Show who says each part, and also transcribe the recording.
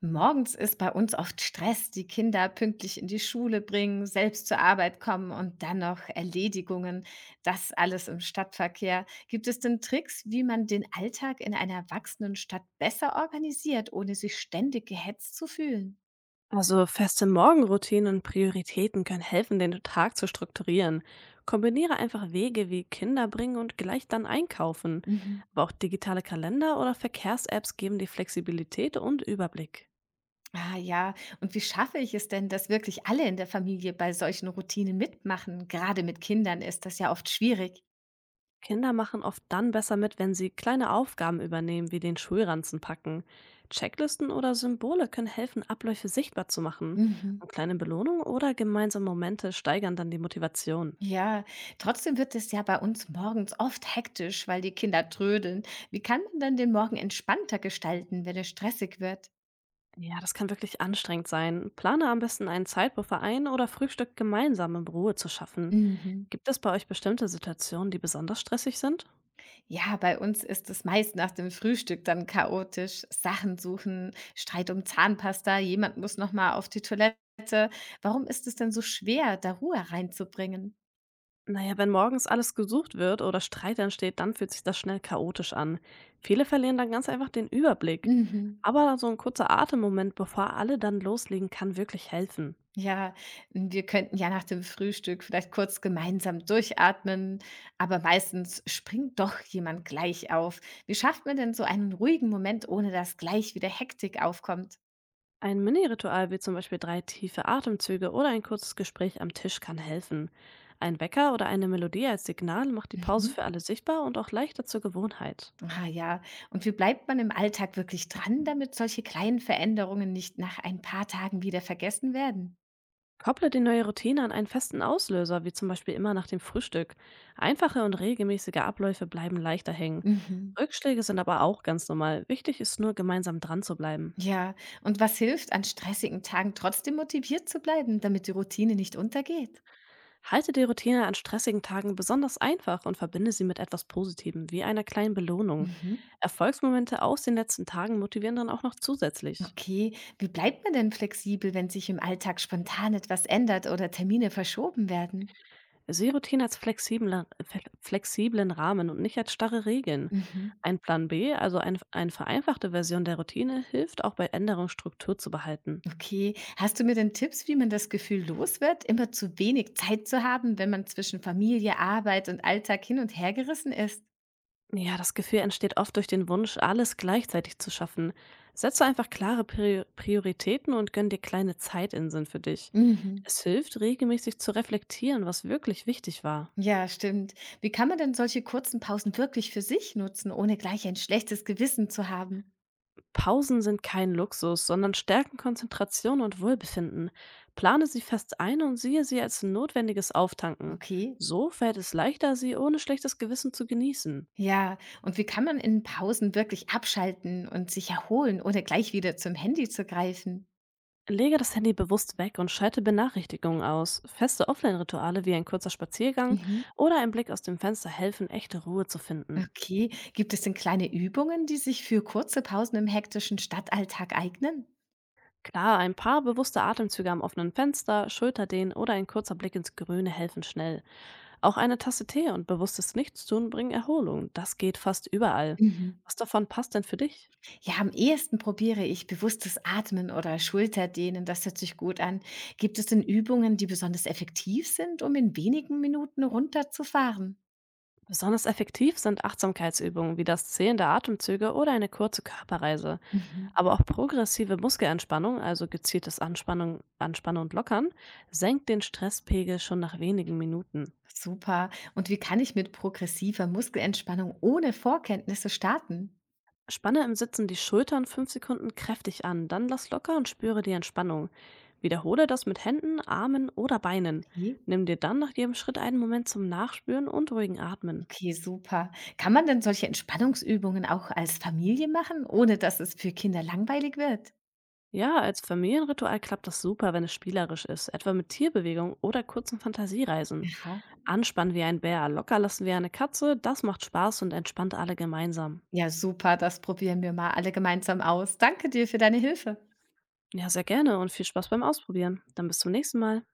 Speaker 1: Morgens ist bei uns oft Stress, die Kinder pünktlich in die Schule bringen, selbst zur Arbeit kommen und dann noch Erledigungen. Das alles im Stadtverkehr. Gibt es denn Tricks, wie man den Alltag in einer wachsenden Stadt besser organisiert, ohne sich ständig gehetzt zu fühlen?
Speaker 2: Also feste Morgenroutinen und Prioritäten können helfen, den Tag zu strukturieren. Kombiniere einfach Wege wie Kinder bringen und gleich dann einkaufen.
Speaker 1: Mhm.
Speaker 2: Aber auch digitale Kalender oder Verkehrs-Apps geben die Flexibilität und Überblick.
Speaker 1: Ah ja, und wie schaffe ich es denn, dass wirklich alle in der Familie bei solchen Routinen mitmachen? Gerade mit Kindern ist das ja oft schwierig.
Speaker 2: Kinder machen oft dann besser mit, wenn sie kleine Aufgaben übernehmen, wie den Schulranzen packen. Checklisten oder Symbole können helfen, Abläufe sichtbar zu machen.
Speaker 1: Mhm.
Speaker 2: Und kleine Belohnungen oder gemeinsame Momente steigern dann die Motivation.
Speaker 1: Ja, trotzdem wird es ja bei uns morgens oft hektisch, weil die Kinder trödeln. Wie kann man dann den Morgen entspannter gestalten, wenn es stressig wird?
Speaker 2: Ja, das kann wirklich anstrengend sein. Plane am besten einen Zeitbuffer ein oder Frühstück gemeinsam in Ruhe zu schaffen.
Speaker 1: Mhm.
Speaker 2: Gibt es bei euch bestimmte Situationen, die besonders stressig sind?
Speaker 1: Ja, bei uns ist es meist nach dem Frühstück dann chaotisch. Sachen suchen, Streit um Zahnpasta, jemand muss noch mal auf die Toilette. Warum ist es denn so schwer, da Ruhe reinzubringen?
Speaker 2: Naja, wenn morgens alles gesucht wird oder Streit entsteht, dann fühlt sich das schnell chaotisch an. Viele verlieren dann ganz einfach den Überblick.
Speaker 1: Mhm.
Speaker 2: Aber so ein kurzer Atemmoment, bevor alle dann loslegen, kann wirklich helfen.
Speaker 1: Ja, wir könnten ja nach dem Frühstück vielleicht kurz gemeinsam durchatmen, aber meistens springt doch jemand gleich auf. Wie schafft man denn so einen ruhigen Moment, ohne dass gleich wieder Hektik aufkommt?
Speaker 2: Ein Mini-Ritual wie zum Beispiel drei tiefe Atemzüge oder ein kurzes Gespräch am Tisch kann helfen. Ein Wecker oder eine Melodie als Signal macht die Pause
Speaker 1: Mhm.
Speaker 2: für alle sichtbar und auch leichter zur Gewohnheit.
Speaker 1: Ah ja, und wie bleibt man im Alltag wirklich dran, damit solche kleinen Veränderungen nicht nach ein paar Tagen wieder vergessen werden?
Speaker 2: Kopple die neue Routine an einen festen Auslöser, wie zum Beispiel immer nach dem Frühstück. Einfache und regelmäßige Abläufe bleiben leichter hängen.
Speaker 1: Mhm.
Speaker 2: Rückschläge sind aber auch ganz normal. Wichtig ist nur, gemeinsam dran zu bleiben.
Speaker 1: Ja, und was hilft an stressigen Tagen trotzdem motiviert zu bleiben, damit die Routine nicht untergeht?
Speaker 2: Halte die Routine an stressigen Tagen besonders einfach und verbinde sie mit etwas Positivem, wie einer kleinen Belohnung.
Speaker 1: Mhm.
Speaker 2: Erfolgsmomente aus den letzten Tagen motivieren dann auch noch zusätzlich.
Speaker 1: Okay, wie bleibt man denn flexibel, wenn sich im Alltag spontan etwas ändert oder Termine verschoben werden?
Speaker 2: Sehe Routine als flexiblen Rahmen und nicht als starre Regeln.
Speaker 1: Mhm.
Speaker 2: Ein Plan B, also eine vereinfachte Version der Routine, hilft auch bei Änderung Struktur zu behalten.
Speaker 1: Okay, hast du mir denn Tipps, wie man das Gefühl los wird, immer zu wenig Zeit zu haben, wenn man zwischen Familie, Arbeit und Alltag hin und her gerissen ist?
Speaker 2: Ja, das Gefühl entsteht oft durch den Wunsch, alles gleichzeitig zu schaffen. Setze einfach klare Prioritäten und gönn dir kleine Zeitinseln für dich.
Speaker 1: Mhm.
Speaker 2: Es hilft, regelmäßig zu reflektieren, was wirklich wichtig war.
Speaker 1: Ja, stimmt. Wie kann man denn solche kurzen Pausen wirklich für sich nutzen, ohne gleich ein schlechtes Gewissen zu haben?
Speaker 2: Pausen sind kein Luxus, sondern stärken Konzentration und Wohlbefinden. Plane sie fest ein und siehe sie als notwendiges Auftanken.
Speaker 1: Okay.
Speaker 2: So fällt es leichter, sie ohne schlechtes Gewissen zu genießen.
Speaker 1: Ja, und wie kann man in Pausen wirklich abschalten und sich erholen, ohne gleich wieder zum Handy zu greifen?
Speaker 2: Lege das Handy bewusst weg und schalte Benachrichtigungen aus. Feste Offline-Rituale wie ein kurzer Spaziergang
Speaker 1: Mhm.
Speaker 2: oder ein Blick aus dem Fenster helfen, echte Ruhe zu finden.
Speaker 1: Okay. Gibt es denn kleine Übungen, die sich für kurze Pausen im hektischen Stadtalltag eignen?
Speaker 2: Klar, ein paar bewusste Atemzüge am offenen Fenster, Schulterdehnen oder ein kurzer Blick ins Grüne helfen schnell. Auch eine Tasse Tee und bewusstes Nichtstun bringen Erholung. Das geht fast überall.
Speaker 1: Mhm.
Speaker 2: Was davon passt denn für dich?
Speaker 1: Ja, am ehesten probiere ich bewusstes Atmen oder Schulterdehnen. Das hört sich gut an. Gibt es denn Übungen, die besonders effektiv sind, um in wenigen Minuten runterzufahren?
Speaker 2: Besonders effektiv sind Achtsamkeitsübungen wie das Zählen der Atemzüge oder eine kurze Körperreise.
Speaker 1: Mhm.
Speaker 2: Aber auch progressive Muskelentspannung, also gezieltes Anspannen und Lockern, senkt den Stresspegel schon nach wenigen Minuten.
Speaker 1: Super. Und wie kann ich mit progressiver Muskelentspannung ohne Vorkenntnisse starten?
Speaker 2: Spanne im Sitzen die Schultern 5 Sekunden kräftig an, dann lass locker und spüre die Entspannung. Wiederhole das mit Händen, Armen oder Beinen.
Speaker 1: Okay.
Speaker 2: Nimm dir dann nach jedem Schritt einen Moment zum Nachspüren und ruhigen Atmen.
Speaker 1: Okay, super. Kann man denn solche Entspannungsübungen auch als Familie machen, ohne dass es für Kinder langweilig wird?
Speaker 2: Ja, als Familienritual klappt das super, wenn es spielerisch ist, etwa mit Tierbewegung oder kurzen Fantasiereisen.
Speaker 1: Aha.
Speaker 2: Anspannen wie ein Bär, locker lassen wie eine Katze, das macht Spaß und entspannt alle gemeinsam.
Speaker 1: Ja, super, das probieren wir mal alle gemeinsam aus. Danke dir für deine Hilfe.
Speaker 2: Ja, sehr gerne und viel Spaß beim Ausprobieren. Dann bis zum nächsten Mal.